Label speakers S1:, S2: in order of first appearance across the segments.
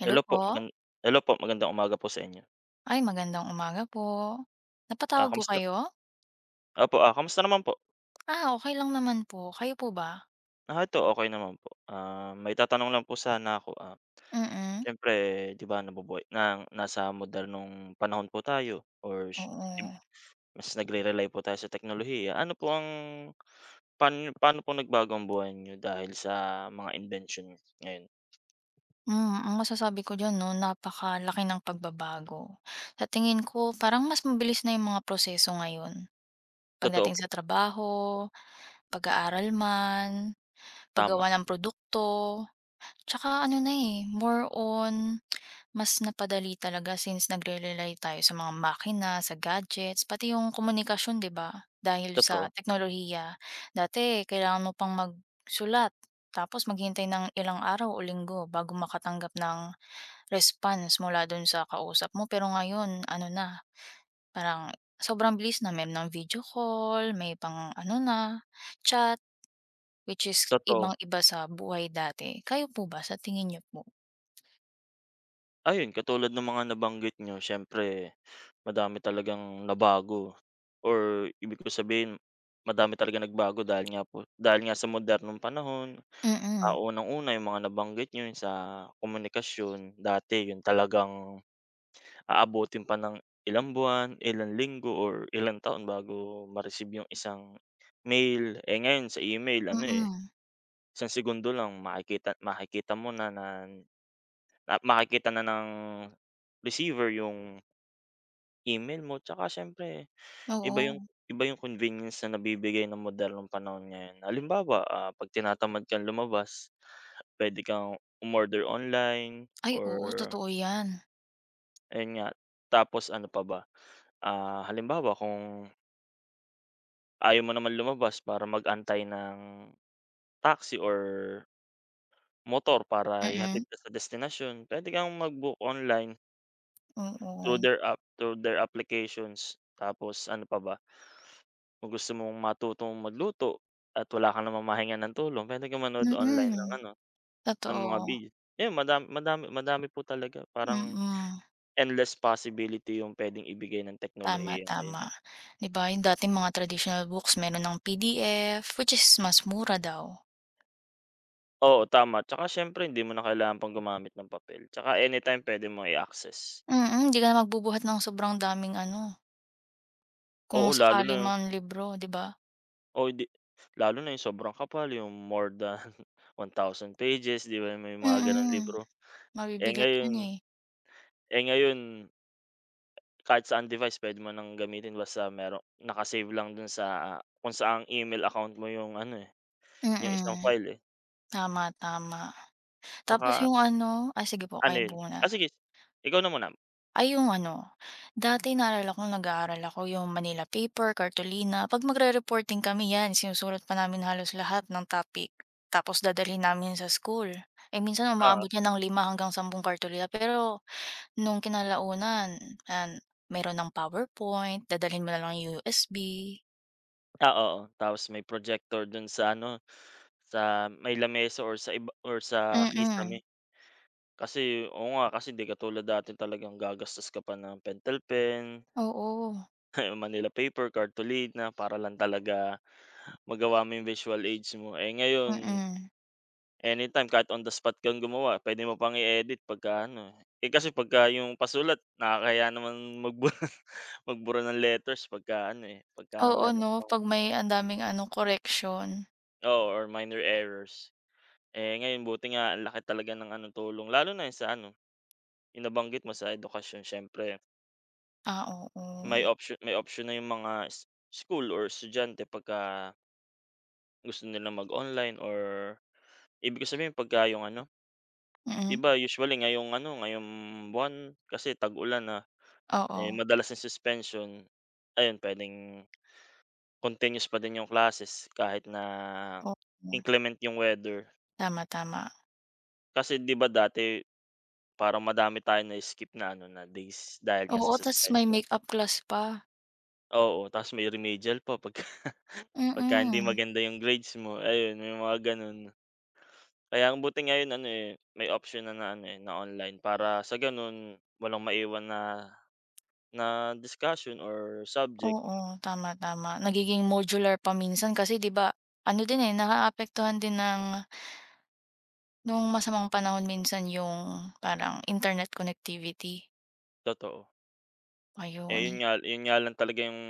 S1: Hello
S2: Hello po, magan
S1: po.
S2: hello po, magandang umaga po sa inyo.
S1: Ay, magandang umaga po.
S2: Ah,
S1: Napatawag po
S2: kamusta
S1: kayo?
S2: Opo, kamusta naman po?
S1: Ah, okay lang naman po. Kayo po ba?
S2: Ito okay naman po. May maitatanong lang po sana ako,
S1: Mm,
S2: siyempre 'di ba nabubuhay na nasa modernong panahon po tayo or sh im
S1: oo.
S2: mas nagre-rely po tayo sa teknolohiya. Ano po ang paano Paano po nagbago ang buhay niyo dahil sa mga inbensyon ngayon?
S1: Hmm, ang masasabi ko diyan 'no, napakalaki ng pagbabago. Sa tingin ko parang mas mabilis na yung mga proseso ngayon.
S2: Totoo
S1: Pagdating
S2: po,
S1: sa trabaho, pag-aaral man,
S2: tama,
S1: paggawa ng produkto, tsaka ano na, eh, more on. Mas napadali talaga since nagre-rely tayo sa mga makina, sa gadgets, pati yung komunikasyon, 'di ba? Dahil sa
S2: totoo,
S1: teknolohiya. Dati, kailangan mo pang magsulat, tapos maghintay ng ilang araw o linggo bago makatanggap ng response mula dun sa kausap mo. Pero ngayon, ano na, parang sobrang bilis na. Meron ng video call, may pang ano na, chat, which is
S2: totoo.
S1: ibang-iba sa buhay dati. Kayo po ba, sa tingin niyo po?
S2: Ayun, katulad ng mga nabanggit niyo, siyempre madami talagang nabago or ibig ko sabihin madami talaga nagbago dahil nga po dahil nga sa modernong panahon.
S1: Mm,
S2: Unang-una yung mga nabanggit niyo yung sa komunikasyon. Dati yun talagang aabutin pa ng ilang buwan, ilang linggo or ilang taon bago ma-receive yung isang mail. Ngayon sa email ano,
S1: mm.
S2: isang segundo lang makikita makikita mo na na na makikita na ng receiver yung email mo. Tsaka siyempre Iba yung
S1: Oo.
S2: iba yung convenience na nabibigay ng modernong panahon ngayon. Halimbawa, 'pag tinatamad kang lumabas, puwede kang umorder online
S1: Ay
S2: or
S1: oo, totoo 'yan.
S2: ayun nga. Tapos ano pa ba, halimbawa kung ayaw mo naman lumabas para mag-antay ng taxi or motor para ihatid
S1: Mm,
S2: ka sa destinasyon, puwede kang mag-book online.
S1: oo.
S2: Through their app, through their applications. Tapos ano pa ba? Kung gusto mong matutong magluto at wala ka namang mahingan ng tulong, puwede kang manood online ng
S1: Mm,
S2: ano, ng mga
S1: totoo.
S2: video. Ayun, madami madami madami po talaga, parang
S1: Mm,
S2: endless possibility yung puwedeng ibigay ng
S1: tama,
S2: teknolohiya ngayon.
S1: tama. 'Di ba yung dating mga traditional books meron ng PDF, which is mas mura daw.
S2: Oo, tama. Tsaka siyempre hindi mo na kailangan pang gumamit ng papel, tsaka anytime puwede mong i-access.
S1: Mm, hindi ka na magbubuhat ng sobrang daming ano, kung
S2: Oo, lalo
S1: sakali
S2: na,
S1: mang libro, 'di ba?
S2: oo, hindi, lalo na yung sobrang kapal, yung more than 1,000 pages, 'di ba, may mga gano'ng
S1: Mm,
S2: libro. Eh,
S1: mabibigat 'yun,
S2: ngayon
S1: eh.
S2: Ngayon kahit saan device puwede mo ng gamitin basta merong naka-save lang dun sa kung saang email account mo yung ano, eh, yung isang
S1: Mm,
S2: file, eh.
S1: tama, tama. Tapos
S2: Tsaka
S1: yung ano ay sige po,
S2: ano
S1: kayo
S2: yun,
S1: muna.
S2: sige, ikaw na muna.
S1: Ay yung ano, dati naalala ko nag-aaral ako yung Manila paper, Cartolina. 'Pag magre-reporting kami 'yan sinusulat pa namin halos lahat ng topic, tapos dadalhin namin sa school. Eh, minsan
S2: Oo,
S1: umaabot yan ng lima hanggang sampung Cartolina pero nung kinalaunan, an meron ng PowerPoint, dadalhin mo na lang yung USB.
S2: oo, tapos may projector dun sa ano, sa may lamesa or sa iba or sa
S1: Mm,
S2: kisame. Kasi oo nga, kasi 'di katulad dati talagang gagastos ka pa ng pentel pen,
S1: oo,
S2: manila paper, cartolina para lang talaga magawa mo yung visual aids mo. Ngayon
S1: mm.
S2: anytime, kahit on the spot kang gumawa, pwede mo pang i-edit pagka ano, eh. Eh, kasi pagka yung pasulat nakakahiya naman magbura magbura ng letters pagka ano, eh, pagka
S1: Oo
S2: meron
S1: 'no,
S2: kang
S1: 'pag may ang daming ano, correction.
S2: oo, or minor errors. Ngayon buti nga ang laki talaga ng ano tulong, lalo na yung sa ano, yung nabanggit mo sa edukasyon. Siyempre
S1: Ah, oo.
S2: may option na yung mga school or estudyante pagka gusto nilang mag-online or ibig ko sabihin pagka yung ano, 'di
S1: Mm,
S2: ba usually ngayong ano, ngayong buwan kasi tag-ulan na.
S1: oo,
S2: Madalas yung suspension, ayun puwedeng continuous pa din yung classes kahit na
S1: oo.
S2: inclement yung weather.
S1: Tama, tama.
S2: Kasi 'di ba dati parang madami tayong na-skip na ano na days dahil nga sa
S1: Oo, tas may
S2: suspension.
S1: makeup class pa.
S2: Oo, ta's may remedial pa pag pagka hindi
S1: Mm.
S2: maganda yung grades mo, ayun may mga gano'n. Kaya ang buti ngayon ano, eh, may option na na ano, eh, na online para sa gano'n walang maiwan na na discussion or subject,
S1: Oo, tama, tama. Nagiging modular pa minsan kasi 'di ba ano din, eh, naaapektuhan din ng nung masamang panahon minsan yung parang internet connectivity,
S2: totoo.
S1: ayun.
S2: Yun nga lang talaga yung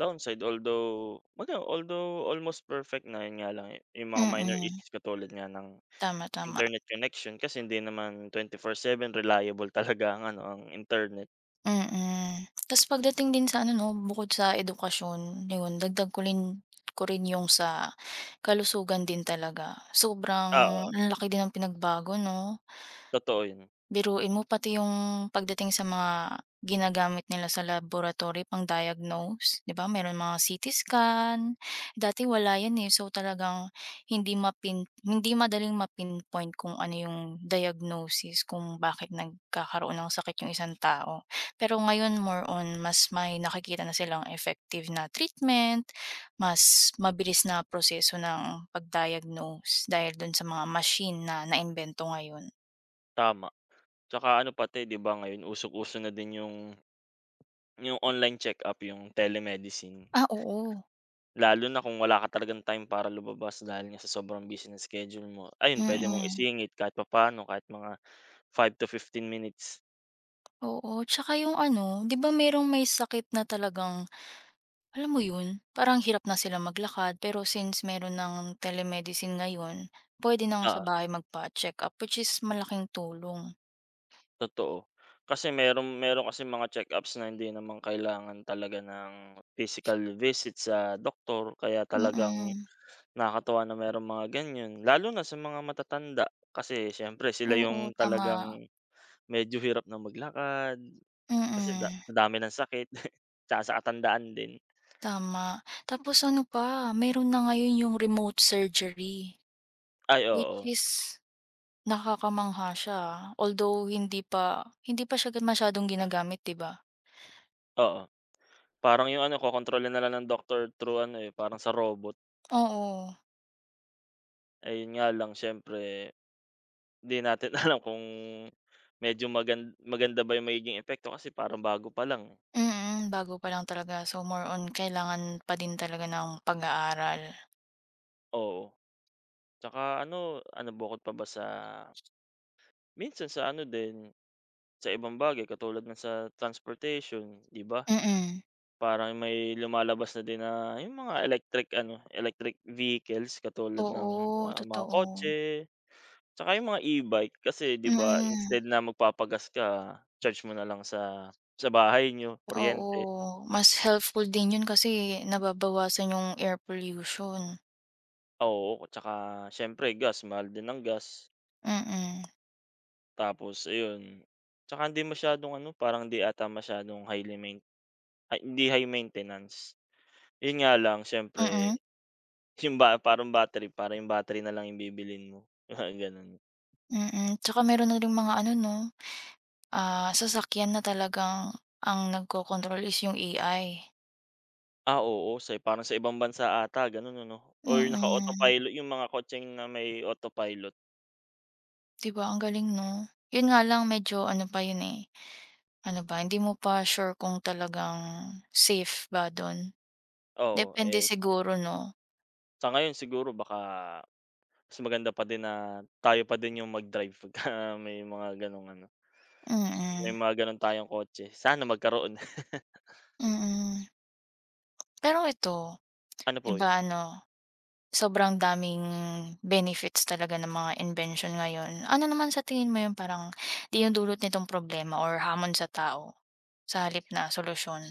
S2: downside, although kumbaga although almost perfect na, yun nga lang, yung mga minor
S1: Mm,
S2: issues katulad nga ng
S1: tama, tama.
S2: internet connection kasi hindi naman 24/7 reliable talaga ang ano, ang internet.
S1: Mm. Tas pagdating din sa ano 'no, bukod sa edukasyon, yun dagdag ko rin yung sa kalusugan din talaga. Sobrang
S2: Oo,
S1: ang laki din ng pinagbago 'no?
S2: totoo yun,
S1: Biruin mo pati yung pagdating sa mga ginagamit nila sa laboratory pang-diagnose, 'di ba merong mga CT scan, dati wala 'yan, eh. So, talagang hindi madaling mapinpoint kung ano yung diagnosis kung bakit nagkakaroon ng sakit yung isang tao. Pero ngayon more on mas may nakikita na silang effective na treatment, mas mabilis na proseso ng pag-diagnose dahil dun sa mga machine na naimbento ngayon.
S2: tama. Tsaka ano, pati 'di ba ngayon usong-uso na din yung online check-up, yung telemedicine.
S1: Ah, oo.
S2: Lalo na kung wala ka talagang time para lumabas dahil nga sa sobrang busy ng schedule mo, ayun pwede mong
S1: Mm,
S2: isingit kahit papaano, kahit mga 5 to 15 minutes.
S1: oo. Tsaka yung ano, 'di ba merong may sakit na talagang alam mo yun, parang hirap na sila maglakad pero since meron ng telemedicine ngayon, puwede nang sa bahay magpa-check up which is malaking tulong.
S2: Totoo. Kasi meron meron kasi mga check-ups na hindi naman kailangan talaga ng physical visit sa doktor, kaya talagang
S1: Mm,
S2: nakakatuwa na merong mga ganyan. Lalo na sa mga matatanda kasi siyempre sila
S1: oo
S2: yung
S1: tama.
S2: talagang medyo hirap na maglakad kasi
S1: Mm,
S2: sa dami ng sakit tsaka sa katandaan din.
S1: tama. Tapos ano pa, meron na ngayon yung remote surgery,
S2: Ay
S1: which
S2: oo,
S1: is nakakamangha siya, although hindi pa siya masyadong ginagamit 'di ba?
S2: oo. Parang yung ano kokontrolin na lang ng doktor through ano, eh, parang sa robot.
S1: Oo.
S2: Ayun nga lang, siyempre 'di natin alam kung medyo maganda ba yung magiging epekto kasi parang bago pa lang,
S1: Mm, bago pa lang talaga. So, more on kailangan pa din talaga ng pag-aaral.
S2: oo. Tsaka ano bukod pa ba sa minsan sa ano din, sa ibang bagay katulad ng sa transportation, 'di ba?
S1: Mm.
S2: Parang may lumalabas na din na yung mga electric vehicles katulad ng
S1: Oo,
S2: mga
S1: totoo.
S2: kotse, tsaka yung mga e-bike kasi 'di ba
S1: Mm,
S2: instead na magpapagas ka, charge mo na lang sa bahay nyo,
S1: oo.
S2: kuryente.
S1: Mas helpful din 'yun kasi nababawasan yung air pollution.
S2: Oo, tsaka siyempre gas, mahal din ang gas.
S1: Mm,
S2: Tapos ayun, tsaka hindi masyadong ano, parang hindi ata masyadong highly main ay hindi high maintenance. Yun nga lang
S1: mm,
S2: siyempre yung ba parang battery, parang yung battery na lang yung bibilhin mo, mga gano'n.
S1: mm. Tsaka meron na ring mga ano 'no, ah, sasakyan na talagang ang nagkokontrol is yung AI.
S2: Oo, sa parang sa ibang bansa ata gano'n ano, or
S1: Mm,
S2: naka-autopilot yung mga kotseng na may autopilot.
S1: 'di ba ang galing 'no? 'Yun nga lang medyo ano pa 'yun, eh. Ano ba, hindi mo pa sure kung talagang safe ba dun?
S2: Oo,
S1: Depende siguro 'no?
S2: sa ngayon siguro baka mas maganda pa din na tayo pa din yung mag-drive pagka may mga gano'ng ano. May
S1: Mm,
S2: mga gano'n tayong kotse, sana magkaroon.
S1: mm. Pero ito,
S2: Ano
S1: 'di
S2: po 'yun,
S1: ba ano, sobrang daming benefits talaga ng mga invention ngayon. Ano naman sa tingin mo yung parang dinudulot nitong problema or hamon sa tao, sa halip na solusyon?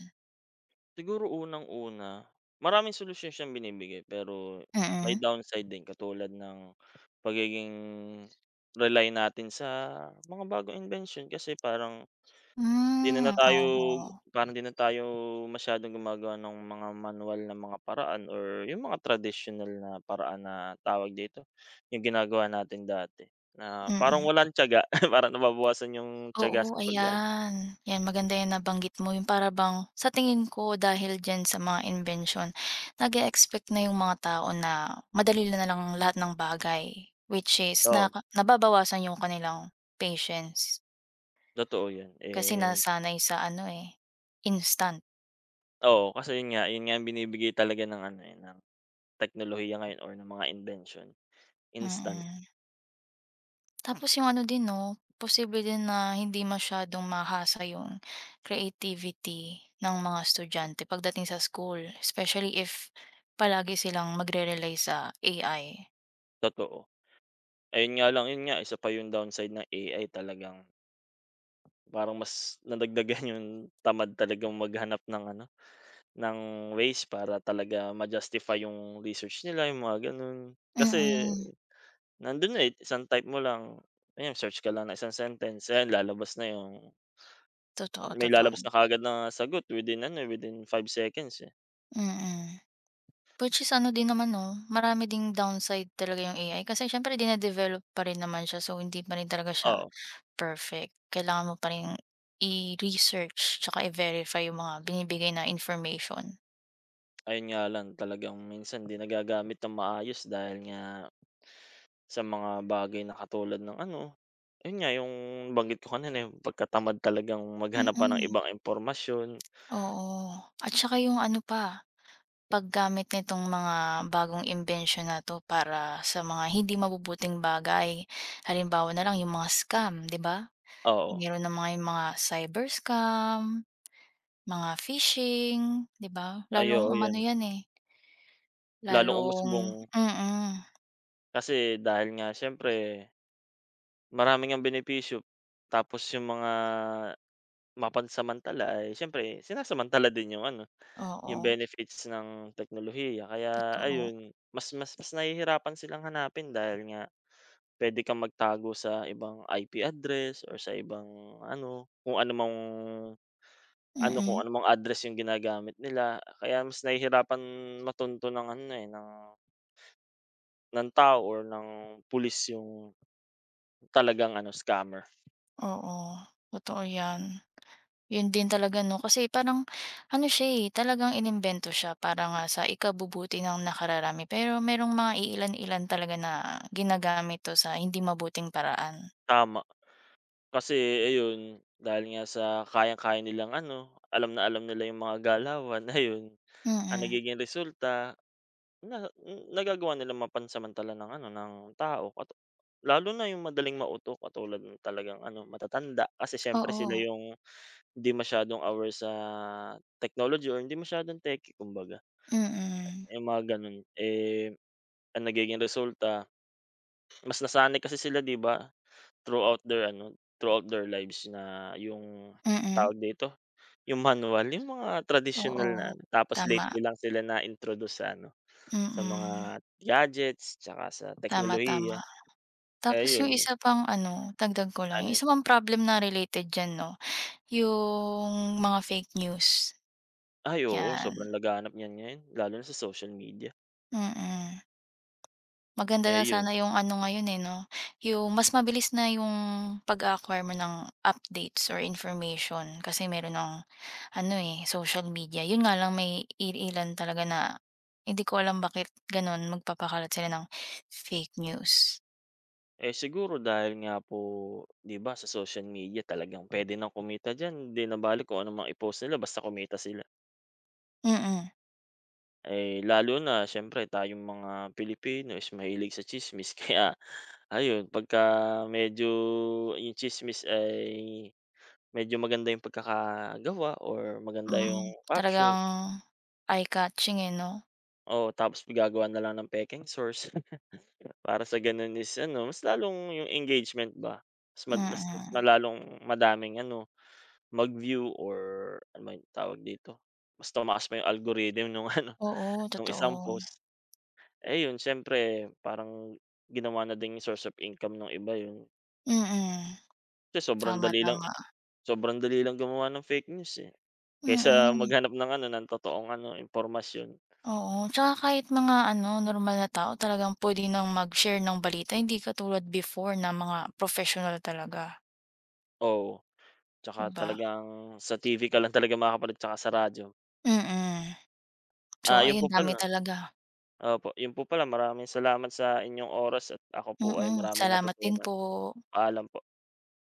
S2: siguro unang-una, maraming solusyon siyang binibigay pero may
S1: Mm.
S2: downside din katulad ng pagiging rely natin sa mga bagong invention kasi 'di na na
S1: Hmm,
S2: tayo
S1: oo.
S2: parang 'di na tayo masyadong gumagawa ng mga manual na mga paraan or yung mga traditional na paraan na tawag dito, yung ginagawa natin dati na parang
S1: Mm.
S2: walang tiyaga, parang nababawasan yung tiyaga sa
S1: Oo,
S2: pag-ano.
S1: ayan. 'Yan maganda 'yang nabanggit mo, yung para bang sa tingin ko dahil diyan sa mga invention nag expect na yung mga tao na madali na lang lahat ng bagay. Which is na nababawasan yung kanilang patience
S2: Totoo 'yan,
S1: kasi
S2: eh,
S1: nasanay sa ano, eh, instant.
S2: oo, kasi 'yun nga ang binibigay talaga ng ano, eh, ng teknolohiya ngayon or ng mga invention, instant,
S1: Mm. Tapos yung ano din 'no, posible din na hindi masyadong mahasa yung creativity ng mga estudyante pagdating sa school, especially if palagi silang magre-rely sa AI.
S2: totoo. Ayun nga lang, 'yun nga isa pa 'yung downside ng AI, talagang parang mas nadagdagan 'yung tamad talagang maghanap ng ano, ng ways para talaga ma-justify 'yung research nila, 'yung mga gano'n.
S1: Mm,
S2: Kasi
S1: mm,
S2: nandun na, eh, isang type mo lang, ayan, search ka lang ng isang sentence, ayan lalabas na 'yung
S1: totoo,
S2: may lalabas
S1: totoo,
S2: na kaagad na sagot within ano, eh, within 5 seconds, eh,
S1: mm. Mm, which is ano din naman 'no, marami ding downside talaga yung AI kasi siyempre dine-develop pa rin naman siya, so hindi pa rin talaga siya
S2: oo.
S1: perfect. Kailangan mo pa ring i-research tsaka i-verify yung mga binibigay na information.
S2: Ayun nga lang talagang minsan 'di nagagamit nang maayos dahil nga sa mga bagay na katulad ng ano, ayun nga yung banggit ko kanina, yung pagkatamad talagang
S1: Mm.
S2: maghanap pa ng
S1: Mm.
S2: ibang impormasyon.
S1: Oo, at saka yung ano pa, paggamit nitong mga bagong imbensyon na 'to para sa mga hindi mabubuting bagay. Halimbawa na lang yung mga scam, 'di ba?
S2: Oo,
S1: Meron na yung mga cyber scam, mga phishing, 'di ba?
S2: ay
S1: Lalong
S2: oo
S1: umano
S2: 'yan.
S1: yan, eh,
S2: Lalong umusbong
S1: lalong mm,
S2: kasi dahil nga siyempre marami ang benepisyo, tapos yung mga mapansamantala ay siyempre sinasamantala din yung ano, yung
S1: oo,
S2: benefits ng teknolohiya. Kaya
S1: totoo.
S2: ayun, mas mas mas nahihirapan silang hanapin dahil nga puwede kang magtago sa ibang IP address or sa ibang ano, kung
S1: Mm,
S2: ano mang address yung ginagamit nila. Kaya mas nahihirapan matunto ng ano, eh, ng tao or ng pulis yung talagang ano, scammer.
S1: oo, totoo yan. Yun din talaga 'no, kasi parang ano siya, eh, talagang inimbento siya para nga sa ikabubuti ng nakararami. Pero merong mga iilan-ilan talaga na ginagamit 'to sa hindi mabuting paraan.
S2: Tama, kasi ayun, dahil nga sa kayang-kaya nilang ano, alam na alam nila yung mga galawan, ayun, ang
S1: Mm,
S2: nagiging resulta, na nagagawa nilang mapansamantala ng ano, ng tao, lalo na yung madaling mauto katulad ng talagang ano, matatanda kasi siyempre sila
S1: oo,
S2: yung hindi masyadong aware sa technology or hindi masyadong techy kumbaga,
S1: mm,
S2: yung mga gano'n. Eh, ang nagiging resulta mas nasanay kasi sila 'di ba, throughout their ano, throughout their lives na yung
S1: mm,
S2: tawag dito, yung manual, yung mga traditional
S1: oo,
S2: na ano, tapos
S1: tama,
S2: lately lang sila na-introduce sa ano, sa
S1: mm,
S2: mga gadgets tsaka sa
S1: tama,
S2: teknolohiya,
S1: tama.
S2: eh,
S1: Tapos yung
S2: yun
S1: isa pang ano, dagdag ko lang, yung
S2: ano,
S1: isa pang problem na related diyan 'no, yung mga fake news,
S2: ay oo,
S1: yan,
S2: sobrang laganap niyan ngayon lalo na sa social media.
S1: mm. Maganda
S2: Eh,
S1: na
S2: yun,
S1: sana yung ano ngayon, eh, 'no, yung mas mabilis na yung pag-a-acquire mo ng updates or information kasi meron ng ano, eh, social media. Yun nga lang may ilan talaga na hindi ko alam bakit gano'n magpapakalat sila ng fake news.
S2: Siguro dahil nga po 'di ba sa social media talagang puwede nang kumita diyan, 'di na bale kung anong mai-post nila basta kumita sila.
S1: Mm,
S2: Lalo na siyempre tayong mga Pilipino is mahilig sa tsismis kaya ayun, pagka medyo yung tsismis ay medyo maganda yung pagkakagawa or maganda yung
S1: mm.
S2: caption.
S1: Talagang eye-catching, eh, 'no?
S2: Oo, tapos gagawa na lang ng pekeng source para sa gano'n is ano, mas lalong yung engagement ba, mas ma mas mas
S1: Mm.
S2: malalong madaming ano, mag-view or ano ba yung tawag dito, mas tumaas pa yung algorithm nung ano,
S1: Oo,
S2: nung isang
S1: totoo.
S2: post. Eh, yun siyempre parang ginawa na ding source of income ng iba yun.
S1: Mm.
S2: Kasi sobrang
S1: Tama,
S2: dali lang
S1: tama.
S2: sobrang dali lang gumawa ng fake news, eh, kaysa
S1: Mm.
S2: maghanap ng ano, ng totoong ano, impormasyon.
S1: Oo, tsaka kahit mga ano, normal na tao talagang puwede nang mag-share ng balita, hindi katulad before na mga professional talaga,
S2: Oo, 'tsaka
S1: 'di ba?
S2: talagang sa TV ka lang talaga makakapanood 'tsaka sa radyo.
S1: Mm. So
S2: Ah, yun po
S1: ayun, dami
S2: pala
S1: talaga.
S2: Opo, yun po pala maraming salamat sa inyong oras at ako po ay
S1: Mm,
S2: maraming
S1: salamat din
S2: natutunan.
S1: po.
S2: Paalam po.